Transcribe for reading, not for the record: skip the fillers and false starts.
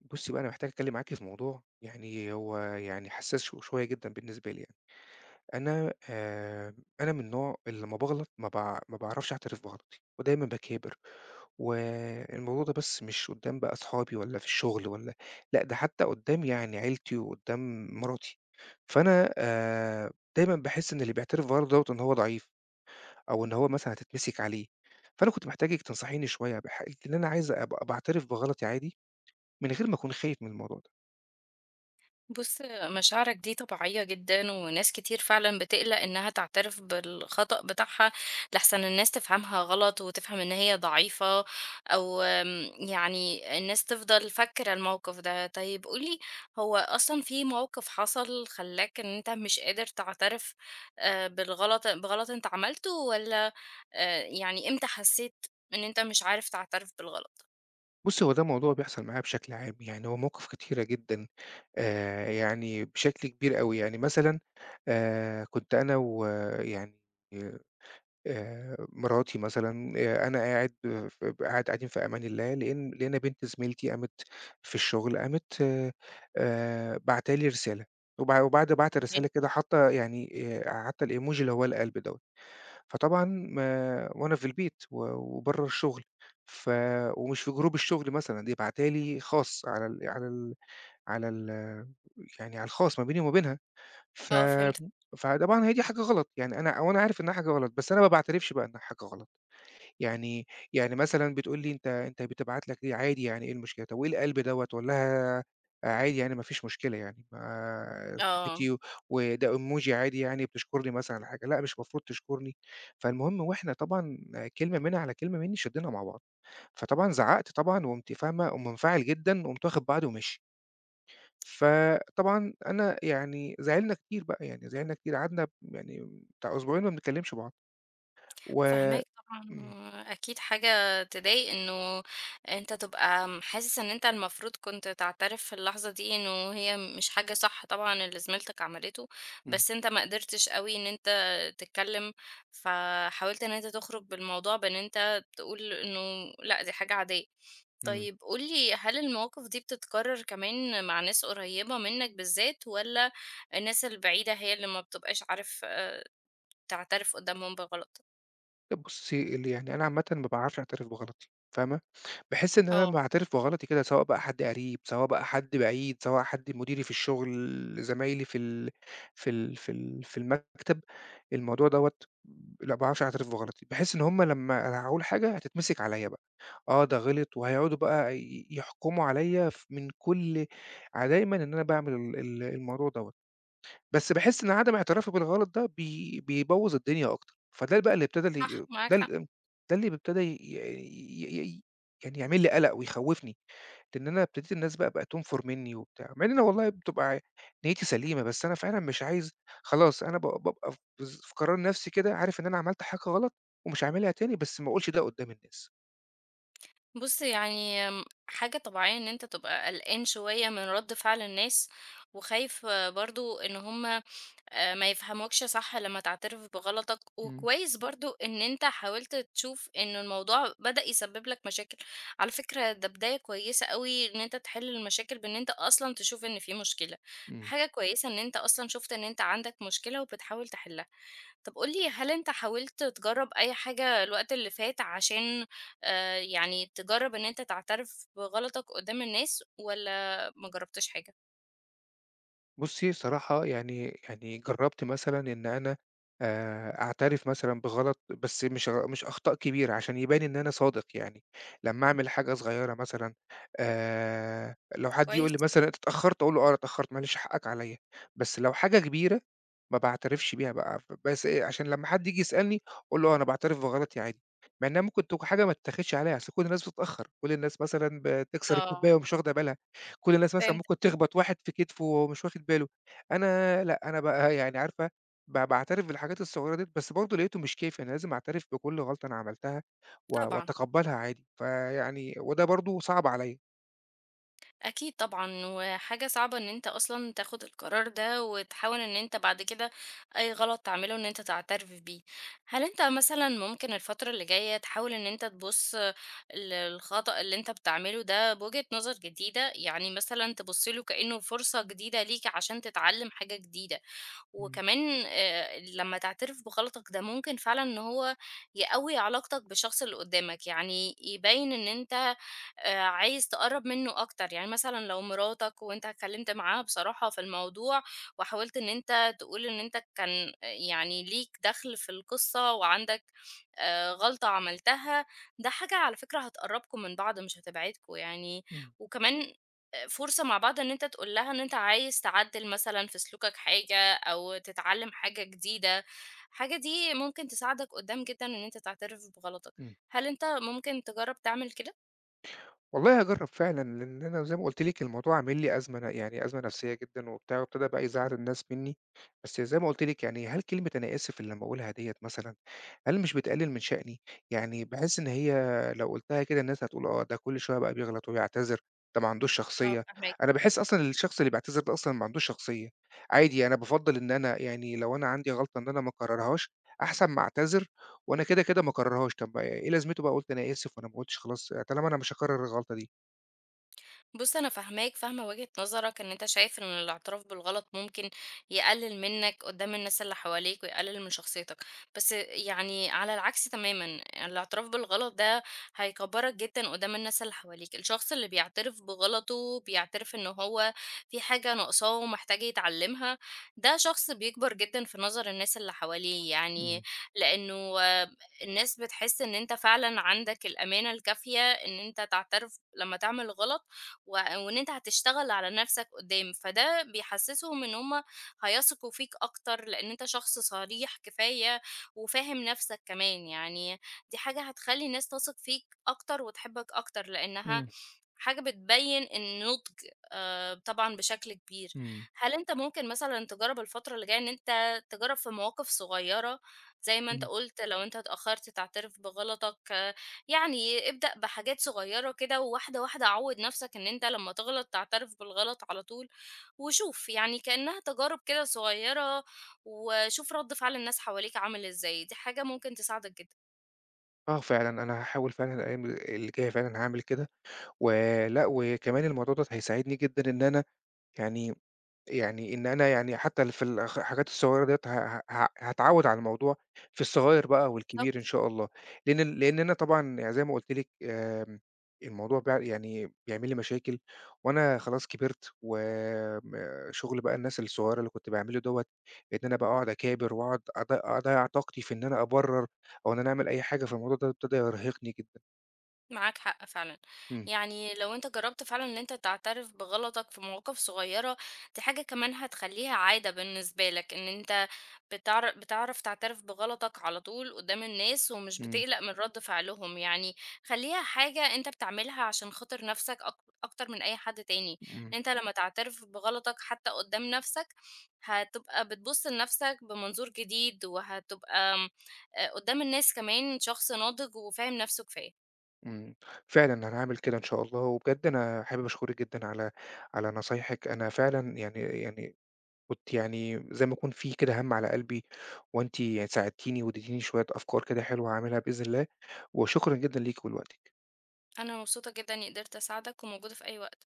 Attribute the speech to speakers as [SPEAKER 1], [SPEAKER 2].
[SPEAKER 1] بُصّي بقى أنا محتاج أتكلّم معاكِ في موضوع يعني هو يعني حسّاس شوية جدًا بالنسبة لي يعني. أنا آآ أنا من النوع اللي لمّا باغلط ما باعرفش أعترف بغلطي ودايمًا باكابر، والموضوع ده بس مش قُدّام بقى أصحابي ولا في الشغل لأ ده حتّى قُدّام يعني عيلتي وقُدّام مراتي. فأنا دايمًا باحس إن اللي بيعترف بغلطه دوّة إن هو ضعيف أو إن هو مثلًا هتتمسِك عليه. فأنا كنت محتاجِك تنصحيني شوية إن أنا عايز أبقى باعترف بغلطي عادي من غير ما أكون خايف من الموضوع.
[SPEAKER 2] بُص، مشاعرك دي طبيعية جدًا، وناس كتير فعلًا بتقلق إنها تعترف بالخطأ بتاعها، لأحسن الناس تفهمها غلط وتفهم إن هي ضعيفة، أو يعني الناس تفضل فاكرة الموقف ده. طيب قُل لي، هو أصلًا في موقف حصل خلّاك إن أنت مش قادر تعترف بغلط أنت عملته، والّا يعني إمتى حسيت إن أنت مش عارف تعترف بالغلط؟
[SPEAKER 1] بُصّي، هو ده موضوع بيحصل معايا بشكل عام، يعني هو مواقف كتيرة جدًا، يعني بشكل كبير أوي، يعني مثلًا كنت أنا ويعني مراتي مثلًا، أنا قاعد ف قاعد قاعدين في أمان الله لإن لقينا بنت زميلتي قامت في الشغل قامت، باعتة لي رسالة، وبعد بعت
[SPEAKER 2] إيه؟
[SPEAKER 1] الرسالة كده حاطة يعني، حاطة الemoji اللي هو القلب دوّة. فطبعًا ما وأنا في البيت و وبرّه الشغل، ف ومش في جروب الشغل مثلًا، دي باعتها لي خاص على ال على ال على ال يعني على الخاص ما بيني وما بينها، ف
[SPEAKER 2] آه، فهمتك.
[SPEAKER 1] فطبعًا هي دي حاجة غلط، يعني أنا وأنا عارف إنها حاجة غلط، بس أنا ما باعترفش بقى إنها حاجة غلط. يعني يعني مثلًا بتقول لي أنت بتبعت لك ليه عادي يعني إيه المشكلة، طب وإيه القلب دوّة؟ أقول لها عادي يعني ما فيش مشكلة يعني، ما
[SPEAKER 2] آه.
[SPEAKER 1] صاحبتي وده emoji عادي يعني بتشكرني مثلًا على حاجة، لأ مش المفروض تشكرني. فالمهم وإحنا طبعًا كلمة منها على كلمة مني شدينا مع بعض، فطبعًا زعقت طبعًا وقمت فاهمة، قوم منفعل جدًا وقمت واخد بعضي وماشي. فطبعًا أنا يعني زعلنا كتير بقى، يعني زعلنا كتير قعدنا يعني بتاع أسبوعين ما بنتكلمش بعض و
[SPEAKER 2] فاهماك طبعًا.
[SPEAKER 1] إمم.
[SPEAKER 2] أكيد حاجة تضايق إنه أنت تبقى حاسس إن أنت المفروض كنت تعترف في اللحظة دي، إنه هي مش حاجة صح طبعًا اللي زميلتك عملته،
[SPEAKER 1] إمم،
[SPEAKER 2] بس أنت ما قدرتش أوي إن أنت تتكلم، فحاولت إن أنت تخرج بالموضوع بإن أنت تقول إنه لأ، دي حاجة عادية.
[SPEAKER 1] إمم.
[SPEAKER 2] طيب قُل لي، هل المواقف دي بتتكرر كمان مع ناس قريبة منك بالذات، والّا الناس البعيدة هي اللي ما بتبقاش عارف تعترف قدّامهم بغلطك؟
[SPEAKER 1] بُصّي، ال يعني أنا عامةً ما باعرفش أعترف بغلطي، فاهمة، باحس إن أنا
[SPEAKER 2] آه.
[SPEAKER 1] لمّا أعترف بغلطي كده سواء بقى حد قريب، سواء بقى حد بعيد، سواء حد مديري في الشغل، زمايلي في المكتب، الموضوع دوّة لأ، ما باعرفش أعترف بغلطي، باحس إن هُم لمّا أنا هاقول حاجة هتتمسك عليَّ بقى، آه، ده غلط وهيقعدوا بقى يحكموا عليَّ ف من كل ع دايمًا إن أنا باعمل ال ال الموضوع دوّة. بس باحس إن عدم اعترافي بالغلط ده بيبوّظ الدنيا أكتر، فده بقى اللي ابتدى
[SPEAKER 2] صح،
[SPEAKER 1] لي
[SPEAKER 2] معاك
[SPEAKER 1] ده
[SPEAKER 2] حق.
[SPEAKER 1] ده اللي ابتدى ي يعني ي ي يعني يعمل لي قلق ويخوّفني، لإن أنا ابتديت الناس بقى تنفر منّي وبتاع، مع إن أنا والله بتبقى نيّتي سليمة، بس أنا فعلًا مش عايز خلاص أنا بابقى في قرار نَفْسي كده عارف إن أنا عملت حاجة غلط ومش هاعملها تاني، بس ما أقولش ده قدّام الناس.
[SPEAKER 2] بُص يعني حاجة طبيعية إن أنت تبقى قلقان شوية من رد فعل الناس، وخايف برضه إن هُم ما يفهموكش صح لمّا تعترف بغلطك،
[SPEAKER 1] إمم،
[SPEAKER 2] وكويس برضه إن أنت حاولت تشوف إن الموضوع بدأ يسبب لك مشاكل. على فكرة ده بداية كويسة أوي إن أنت تحل المشاكل بإن أنت أصلًا تشوف إن في مشكلة.
[SPEAKER 1] إمم.
[SPEAKER 2] حاجة كويسة إن أنت أصلًا شُفت إن أنت عندك مشكلة وبتحاول تحلها. طب قُل لي، هل أنت حاولت تجرّب أي حاجة الوقت اللي فات عشان يعني تجرّب إن أنت تعترف بغلطك قدّام الناس، والّا ما جرّبتش حاجة؟
[SPEAKER 1] بُصّي صراحة يعني جرّبت مثلًا إن أنا أعترف مثلًا بغلط، بس مش أخطاء كبيرة عشان يبان إن أنا صادق يعني، لمّا أعمل حاجة صغيّرة مثلًا لو حد يقول
[SPEAKER 2] كويس.
[SPEAKER 1] لي مثلًا أنت اتأخّرت، أقول له آه أنا اتأخّرت معلش حقّك عليّا، بس لو حاجة كبيرة ما باعترفش بيها بقى، بس إيه عشان لمّا حد ييجي يسألني أقول له آه أنا باعترف بغلطي عادي، مع إنها ممكن تكون حاجة ما تتاخدش عليّا، أصل كل الناس بتتأخّر، كل الناس مثلًا بتكسر
[SPEAKER 2] آه،
[SPEAKER 1] الكوباية ومش واخدة بالها. كل الناس مثلًا
[SPEAKER 2] فهمتك
[SPEAKER 1] ممكن تخبط واحد في كتفه وهو مش واخد باله، أنا لأ، أنا بقى يعني عارفة باعترف بالحاجات الصغيرة ديّة، بس برضه لقيته مش كافي، أنا لازم أعترف بكل غلطة أنا عملتها
[SPEAKER 2] طبعًا.
[SPEAKER 1] وأتقبّلها عادي، فيعني وده برضه صعب عليّا.
[SPEAKER 2] أكيد طبعًا. وحاجة صعبة إن أنت أصلًا تاخد القرار ده، وتحاول إن أنت بعد كده أي غلط تعمله إن أنت تعترف بيه. هل أنت مثلًا ممكن الفترة اللي جاية تحاول إن أنت تبُص للخطأ اللي أنت بتعمله ده بوجهة نظر جديدة؟ يعني مثلًا تبُص له كأنه فرصة جديدة ليك عشان تتعلم حاجة جديدة.
[SPEAKER 1] إمم،
[SPEAKER 2] وكمان لمّا تعترف بغلطك ده ممكن فعلًا إن هو يقوّي علاقتك بالشخص اللي قدّامك، يعني يبيّن إن أنت عايز تقرّب منّه أكتر. يعني مثلًا لو مراتك وأنت اتكلّمت معاها بصراحة في الموضوع وحاولت إن أنت تقول إن أنت كان يعني ليك دَخْل في القصة، وعندك غلطة عملتها، ده حاجة على فكرة هتقرّبكم من بعض مش هتبعدكم يعني.
[SPEAKER 1] إمم.
[SPEAKER 2] وكمان فرصة مع بعض إن أنت تقول لها إن أنت عايز تعدّل مثلًا في سلوكك حاجة، أو تتعلم حاجة جديدة. الحاجة دي ممكن تساعدك قدّام جدًا إن أنت تعترف بغلطك.
[SPEAKER 1] إمم.
[SPEAKER 2] هل أنت ممكن تجرّب تعمل كده؟
[SPEAKER 1] والله هاجرّب فعلًا، لإن أنا زي ما قُلت لِك الموضوع عامل لي أزمة ن يعني أزمة نفسيّة جدًا وبتاع، وابتدا بقى يزعّل الناس منّي، بس زي ما قُلت لِك يعني هل كلمة أنا آسف اللي لمّا أقولها ديّة مثلًا، هل مش بتقلل من شأني؟ يعني باحس إن هي لو قُلتها كده الناس هتقول آه، ده كل شوية بقى بيغلط وبيعتذر، ده ما عندوش
[SPEAKER 2] آه
[SPEAKER 1] شخصية،
[SPEAKER 2] فاهماك.
[SPEAKER 1] أنا باحس أصلًا الشخص اللي بيعتذر ده أصلًا ما عندوش شخصية، عادي أنا بافضّل إن أنا يعني لو أنا عندي غلطة إن أنا ما أكررهاش، أحسن ما أعتذر وأنا كده، كده ما أكرّرهاش، طَب ما إيه لازمته بقى قُلت أنا آسف وأنا ما قُلتش خلاص طالما أنا مش هاكرّر الغلطة دي.
[SPEAKER 2] بُص أنا فاهماك، فاهمة وجهة نظرك إن أنت شايف إن الاعتراف بالغلط ممكن يقلل منك قدّام الناس اللي حواليك، ويقلل من شخصيتك. بس يعني على العكس تمامًا، الاعتراف بالغلط ده هيكبّرك جدًا قدّام الناس اللي حواليك. الشخص اللي بيعترف بغلطه، بيعترف إن هو في حاجة ناقصاه ومحتاج يتعلمها، ده شخص بيكبر جدًا في نظر الناس اللي حواليه. يعني
[SPEAKER 1] إمم،
[SPEAKER 2] لإنه آه، الناس بتحس إن أنت فعلًا عندك الأمانة الكافية إن أنت تعترف لمّا تعمل غلط، و وإن أنت هتشتغل على نفسك قدّام، فده بيحسّسهم إن هم هيثقوا فيك أكتر، لإن أنت شخص صريح كفاية وفاهم نفسك كمان. يعني دي حاجة هتخلّي الناس تثق فيك أكتر وتحبك أكتر، لإنها
[SPEAKER 1] إمم،
[SPEAKER 2] حاجة بتبيّن النضج طبعًا بشكل كبير.
[SPEAKER 1] إمم،
[SPEAKER 2] هل أنت ممكن مثلًا تجرّب الفترة اللي جاية إن أنت تجرّب في مواقف صغيّرة، زي ما أنت
[SPEAKER 1] إمم.
[SPEAKER 2] قُلت لو أنت اتأخّرت تعترف بغلطك. آه، يعني ابدأ بحاجات صغيّرة كده، وواحدة واحدة عوّد نَفْسك إن أنت لمّا تغلط تعترف بالغلط على طول، وشوف يعني كإنّها تجارب كده صغيّرة، وشوف رَد فعل الناس حواليك عامل إزاي. دي حاجة ممكن تساعدك جدًا.
[SPEAKER 1] آه فعلًا، أنا هاحاول فعلًا الأيام اللي جاية فعلًا هاعمل كده، ولأ وكمان الموضوع دوّة هيساعدني جدًا يعني إن أنا يعني حتى في الحاجات الصغيّرة ديّة ه ه ه هاتعوّد على الموضوع في الصغيّر بقى والكبير إن شاء الله، لإن لإن أنا طبعًا يعني زي ما قُلت لِك، الموضوع يعني بيعمل لي مشاكل وأنا خلاص كبرت شُغل بقى الناس الصغيّرة اللي كنت باعمله دوّة، إن أنا بقى أقعد أكابر وأقعد أضيّع طاقتي في إن أنا أبرّر أو إن أنا أعمل أي حاجة، فالموضوع ده ابتدى يرهقني جدًا.
[SPEAKER 2] معاك حق فعلا.
[SPEAKER 1] إمم،
[SPEAKER 2] يعني لو انت جربت فعلا ان انت تعترف بغلطك في مواقف صغيرة، دي حاجة كمان هتخليها عادة بالنسبة لك، ان انت بتعرف تعترف بغلطك على طول قدام الناس، ومش
[SPEAKER 1] إمم،
[SPEAKER 2] بتقلق من رد فعلهم. يعني خليها حاجة انت بتعملها عشان خاطر نفسك اكتر من اي حد تاني.
[SPEAKER 1] إمم.
[SPEAKER 2] ان انت لما تعترف بغلطك حتى قدام نفسك، هتبقى بتبص لنفسك بمنظور جديد، وهتبقى قدام الناس كمان شخص ناضج وفاهم نفسه كفاية.
[SPEAKER 1] إمم، فعلًا أنا هاعمل كده إن شاء الله، وبجد أنا حابب أشكرِك جدًا على على نصايحِك، أنا فعلًا يعني كنت يعني زي ما يكون في كده هَم على قلبي، وأنتِ يعني ساعدتيني واديتيني شوية أفكار كده حلوة هاعملها بإذن الله، وشكرًا جدًا ليكِ ولوقتِك.
[SPEAKER 2] أنا مبسوطة جدًا إني قدرت أساعدك، وموجودة في أي وقت.